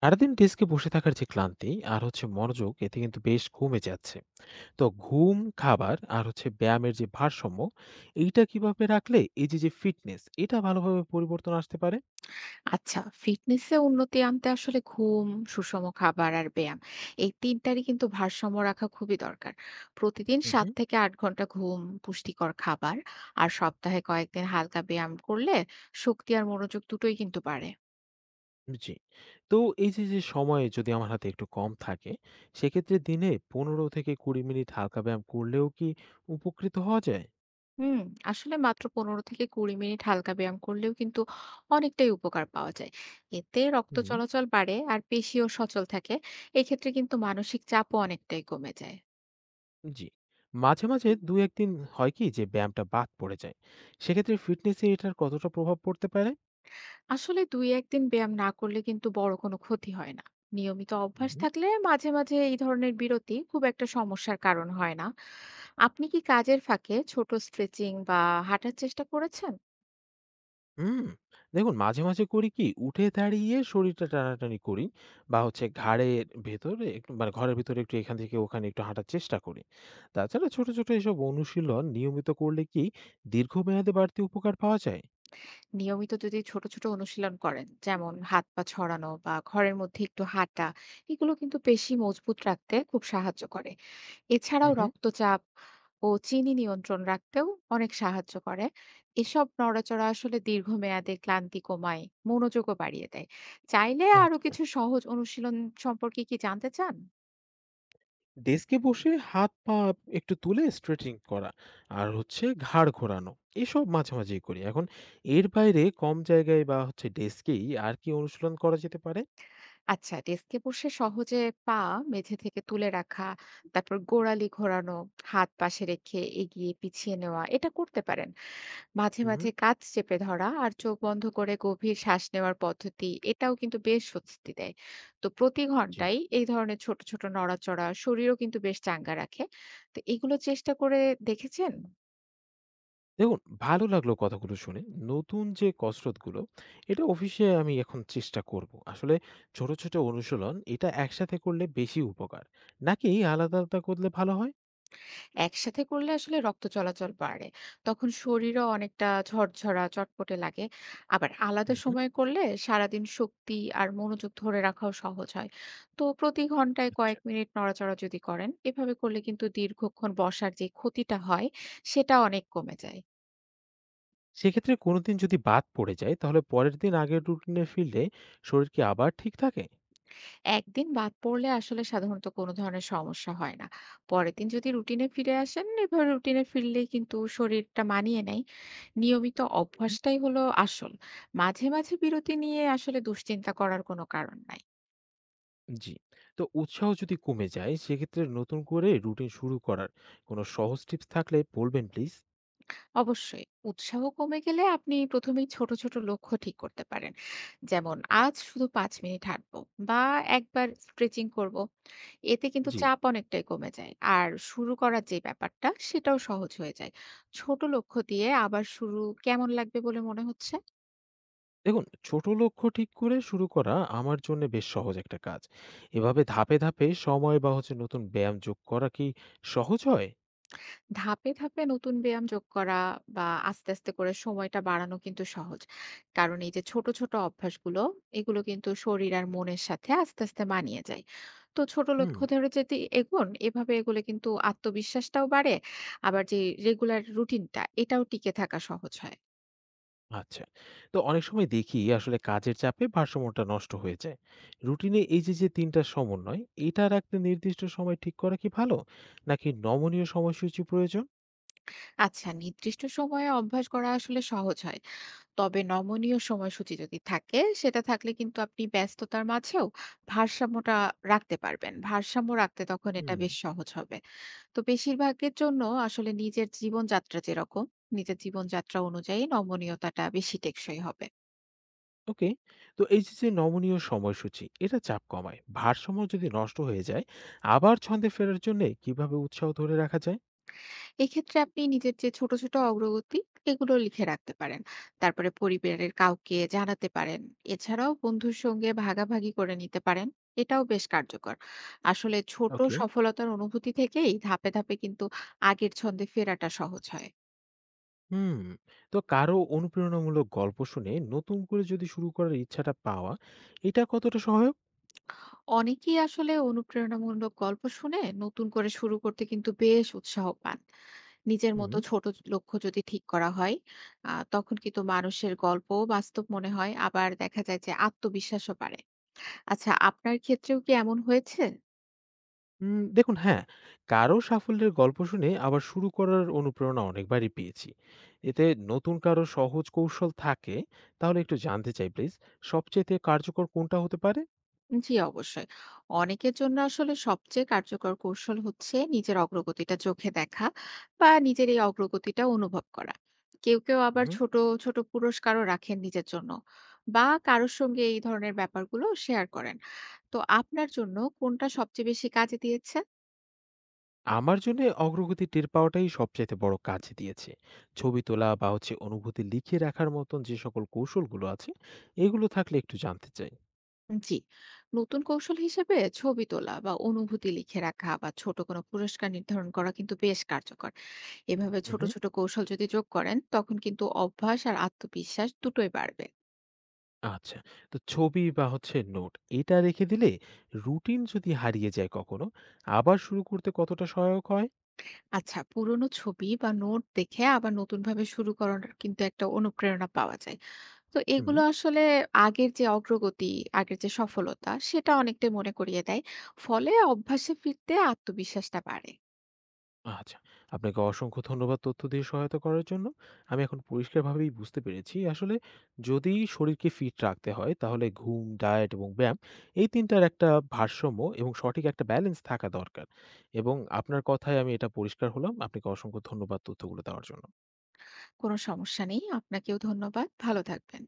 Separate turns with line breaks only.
সারাদিন ডেস্কে বসে থাকার যে ক্লান্তি আর হচ্ছে মনোযোগ এতে কিন্তু বেশ কমে যাচ্ছে। তো ঘুম, খাবার আর হচ্ছে ব্যায়ামের যে ভারসাম্য এইটা কিভাবে রাখলে এই যে যে ফিটনেস এটা ভালোভাবে পরিবর্তন আসতে পারে?
আচ্ছা ফিটনেসে উন্নতি আনতে আসলে ঘুম সুষম খাবার আর ব্যায়াম এই তিনটারই কিন্তু ভারসাম্য রাখা খুবই দরকার। প্রতিদিন
হুম,
সাত
হুম।
থেকে আট ঘন্টা ঘুম, পুষ্টিকর খাবার আর সপ্তাহে কয়েকদিন হালকা ব্যায়াম করলে শক্তি আর মনোযোগ দুটোই কিন্তু বাড়ে।
জি। তো এই যে যে সময় যদি আমার হাতে একটু কম থাকে, সেক্ষেত্রে দিনে ১৫ থেকে ২০ মিনিট হালকা ব্যায়াম করলেও কি উপকৃত হওয়া যায়?
হুম, আসলে মাত্র ১৫ থেকে ২০ মিনিট হালকা ব্যায়াম করলেও কিন্তু অনেকটাই উপকার পাওয়া যায়। এতে রক্ত
হুম।
চলাচল বাড়ে আর পেশিও সচল থাকে। এক্ষেত্রে কিন্তু মানসিক চাপও অনেকটাই কমে যায়।
জি। মাঝে মাঝে দু একদিন হয় কি যে ব্যায়ামটা বাদ পড়ে যায়, সেক্ষেত্রে ফিটনেসে এটার কতটা প্রভাব পড়তে পারে?
আসলে ২-১ দিন ব্যায়াম না করলে কিন্তু বড় কোনো ক্ষতি হয় না। নিয়মিত অভ্যাস
হুম।
থাকলে মাঝে, মাঝে এই ধরনের বিরতি খুব একটা সমস্যার কারণ হয় না। আপনি কি কাজের ফাঁকে ছোট স্ট্রেচিং বা হাঁটার চেষ্টা করেছেন?
হুম, দেখুন মাঝে, মাঝে করি কি উঠে দাঁড়িয়ে শরীরটা টানাটানি করি বা হচ্ছে ঘাড়ের ভেতরে একটু মানে ঘরের ভেতরে একটু এখান থেকে ওখানে একটু হাঁটার চেষ্টা করি। তাছাড়া ছোট, ছোট এসব অনুশীলন নিয়মিত করলে কি দীর্ঘমেয়াদে বাড়তি উপকার পাওয়া যায়?
নিয়মিত যদি ছোট, ছোট অনুশীলন করেন, যেমন হাত পা ছড়ানো বা ঘরের মধ্যে একটু হাঁটা, এগুলো কিন্তু পেশি মজবুত রাখতে খুব সাহায্য করে। এছাড়াও
হুম, হুম।
রক্তচাপ ও চিনি নিয়ন্ত্রণ রাখতেও অনেক সাহায্য করে। এসব নড়াচড়া আসলে দীর্ঘমেয়াদে ক্লান্তি কমায়, মনোযোগও বাড়িয়ে দেয়। চাইলে আরো
আচ্ছা।
কিছু সহজ অনুশীলন সম্পর্কে কি জানতে চান?
ডেস্কে বসে হাত-পা একটু তুলে স্ট্রেচিং করা আর হচ্ছে ঘাড় ঘোরানো। এসব মাঝে, মাঝেই করি। এখন এর বাইরে কম জায়গায় বা হচ্ছে ডেস্কেই আর কি অনুশীলন করা যেতে পারে?
আচ্ছা, ডেস্কে বসে সহজে পা মেঝে থেকে তুলে রাখা, তারপর গোড়ালি ঘোরানো, হাত পাশে রেখে এগিয়ে পিছিয়ে নেওয়া এটা করতে পারেন। মাঝে,
হুম,
মাঝে কাঁধ চেপে ধরা আর চোখ বন্ধ করে গভীর শ্বাস নেওয়ার পদ্ধতি এটাও কিন্তু বেশ স্বস্তি দেয়। তো প্রতি
জি।
ঘন্টায় এই ধরনের ছোট, ছোট নড়াচড়া শরীরও কিন্তু বেশ চাঙ্গা রাখে। তো এগুলো চেষ্টা করে দেখেছেন?
দেখুন, ভালো লাগলো কথাগুলো শুনে। নতুন যে কসরতগুলো, এটা অফিসে আমি এখন চেষ্টা করব। আসলে ছোট, ছোট অনুশীলন এটা একসাথে করলে বেশি উপকার। নাকি আলাদা, আলাদা করলে ভালো হয়?
একসাথে করলে আসলে রক্ত চলাচল বাড়ে। তখন শরীরও অনেকটা ঝরঝরা, চটপটে লাগে। আবার আলাদা
হুম, হুম,
সময়ে করলে সারাদিন শক্তি আর মনোযোগ ধরে রাখাও সহজ হয়। তো প্রতি ঘন্টায়
আচ্ছা।
কয়েক মিনিট নড়াচড়া যদি করেন, এভাবে করলে কিন্তু দীর্ঘক্ষণ বসার যে ক্ষতিটা হয়, সেটা অনেক কমে যায়।
সেক্ষেত্রে কোনোদিন যদি বাদ পড়ে যায়, তাহলে পরের দিন আগের রুটিনে ফিরলে শরীর কি আবার ঠিক থাকে?
একদিন বাদ পড়লে আসলে সাধারণত কোনো ধরনের সমস্যা হয় না। পরের দিন যদি রুটিনে ফিরে আসেন, এভাবে রুটিনে ফিরলেই কিন্তু শরীরটা মানিয়ে নেয়। নিয়মিত
হুম।
অভ্যাসটাই হলো আসল। মাঝে, মাঝে বিরতি নিয়ে আসলে দুশ্চিন্তা করার কোনো কারণ নাই।
জি। তো উৎসাহ যদি কমে যায়, সেক্ষেত্রে নতুন করে রুটিন শুরু করার কোনো সহজ টিপস থাকলে বলবেন প্লিজ?
অবশ্যই, উৎসাহ কমে গেলে আপনি ১ম এই ছোট, ছোট লক্ষ্য ঠিক করতে পারেন। যেমন, আজ শুধু ৫ মিনিট হাঁটবো বা একবার স্ট্রেচিং করবো। এতে কিন্তু
জি।
চাপ অনেকটাই কমে যায়। আর শুরু করার যে ব্যাপারটা সেটাও সহজ হয়ে যায়। ছোট লক্ষ্য দিয়ে আবার শুরু কেমন লাগবে বলে মনে হচ্ছে?
দেখুন, ছোট লক্ষ্য ঠিক করে শুরু করা আমার জন্য বেশ সহজ একটা কাজ। এভাবে ধাপে, ধাপে সময় বা হচ্ছে নতুন ব্যায়াম যোগ করা কি সহজ হয়?
ধাপে, ধাপে নতুন ব্যায়াম যোগ করা বা আস্তে, আস্তে করে সময়টা বাড়ানো কিন্তু সহজ। কারণ এই যে ছোট, ছোট অভ্যাসগুলো এগুলো কিন্তু শরীর আর মনের সাথে আস্তে, আস্তে মানিয়ে যায়। তো ছোট
হুম,
লক্ষ্য ধরে যদি এগোন, এভাবে এগুলো কিন্তু আত্মবিশ্বাসটাও বাড়ে। আবার যে রেগুলার রুটিনটা এটাও টিকে থাকা সহজ হয়।
আচ্ছা। তো অনেক সময় দেখি আসলে কাজের চাপে ভারসাম্যটা নষ্ট হয়ে যায়। রুটিনে এই যে ৩ টা সমন্বয়, এটা রাখতে নির্দিষ্ট সময় ঠিক করা কি ভালো? নাকি নমনীয় সময়সূচি প্রয়োজন?
আচ্ছা, নির্দিষ্ট সময়ে অভ্যাস করা আসলে সহজ হয়। তবে নমনীয় সময়সূচি যদি থাকে, সেটা থাকলে কিন্তু আপনি ব্যস্ততার মাঝেও ভারসাম্যটা রাখতে পারবেন। ভারসাম্য রাখতে তখন এটা
হুম,
বেশ সহজ হবে। তো বেশিরভাগের জন্য আসলে নিজের জীবনযাত্রা অনুযায়ী নমনীয়তাটা বেশি টেকসই হবে।
ওকে। তো এই যে নমনীয় সময়সূচি, এটা চাপ কমায়। ভারসাম্য যদি নষ্ট হয়ে যায়, আবার ছন্দে ফেরার জন্যে কিভাবে উৎসাহ ধরে রাখা যায়?
এক্ষেত্রে আপনি নিজের যে ছোট, ছোট অগ্রগতি এগুলো লিখে রাখতে পারেন। তারপরে পরিবারের কাউকে জানাতে পারেন। এছাড়াও বন্ধুর সঙ্গে ভাগাভাগি করে নিতে পারেন। এটাও বেশ কার্যকর। আসলে ছোট
ওকে।
সফলতার অনুভূতি থেকেই ধাপে, ধাপে কিন্তু আগের ছন্দে ফেরাটা সহজ হয়।
হুম, তো কারো অনুপ্রেরণামূলক গল্প শুনে নতুন করে যদি শুরু করার ইচ্ছাটা পাওয়া, এটা কতটা সহায়ক?
অনেকেই আসলে অনুপ্রেরণামূলক গল্প শুনে নতুন করে শুরু করতে কিন্তু বেশ উৎসাহ পান। নিজের
হুম,
মতো ছোট লক্ষ্য যদি ঠিক করা হয়, তখন কিন্তু মানুষের গল্পও বাস্তব মনে হয়। আবার দেখা যায় যে আত্মবিশ্বাসও বাড়ে। আচ্ছা, আপনার ক্ষেত্রেও কি এমন হয়েছে?
দেখুন হ্যাঁ, কারো সাফল্যের গল্প শুনে আবার শুরু করার অনুপ্রেরণা অনেকবারই পেয়েছি। এতে নতুন কারো সহজ কৌশল থাকে, তাহলে একটু জানতে চাই প্লিজ, সবচাইতে কার্যকর কোনটা হতে পারে?
জি, অবশ্যই। অনেকের জন্য আসলে সবচেয়ে কার্যকর কৌশল হচ্ছে নিজের অগ্রগতিটা চোখে দেখা বা নিজের এই অগ্রগতিটা অনুভব করা। কেউ, কেউ আবার
হুম,
ছোট, ছোট পুরস্কারও রাখেন নিজের জন্য বা কারোর সঙ্গে এই ধরনের ব্যাপারগুলো শেয়ার করেন। তো আপনার জন্য কোনটা সবচেয়ে বেশি কাজে দিয়েছে?
আমার জন্য অগ্রগতি টের পাওয়াটাই সবচাইতে বড় কাজ দিয়েছে। ছবি তোলা বা হচ্ছে অনুভূতি লিখে রাখার মতন যে সকল কৌশলগুলো আছে, এগুলো থাকলে একটু জানতে চাই।
জি, নতুন কৌশল হিসেবে ছবি তোলা বা অনুভূতি লিখে রাখা বা ছোট কোনো পুরস্কার নির্ধারণ করা কিন্তু বেশ কার্যকর। এভাবে ছোট
উহু।
ছোট কৌশল যদি যোগ করেন তখন কিন্তু অভ্যাস আর আত্মবিশ্বাস দুটোই বাড়বে।
আচ্ছা। তো ছবি বা হচ্ছে নোট এটা রেখে দিলে রুটিন যদি হারিয়ে যায় কখনো আবার শুরু করতে কতটা সহায়ক হয়?
আচ্ছা, পুরনো ছবি বা নোট দেখে আবার নতুন ভাবে শুরু করার কিন্তু একটা অনুপ্রেরণা পাওয়া যায়। তো
হুম।
এগুলো আসলে আগের যে অগ্রগতি, আগের যে সফলতা সেটা অনেকটাই মনে করিয়ে দেয়। ফলে অভ্যাসে ফিরতে আত্মবিশ্বাসটা বাড়ে।
আচ্ছা। আপনাকে অসংখ্য ধন্যবাদ তথ্য দিয়ে সহায়তা করার জন্য। আমি এখন পরিষ্কারভাবেই বুঝতে পেরেছি আসলে যদি শরীরকে ফিট রাখতে হয় তাহলে ঘুম, ডায়েট এবং ব্যায়াম এই ৩ টার একটা ভারসাম্য এবং সঠিক একটা ব্যালেন্স থাকা দরকার। এবং আপনার কথায় আমি এটা পরিষ্কার হলাম। আপনাকে অসংখ্য ধন্যবাদ তথ্যগুলো দেওয়ার জন্য।
কোনো সমস্যা নেই, আপনাকেও ধন্যবাদ, ভালো থাকবেন।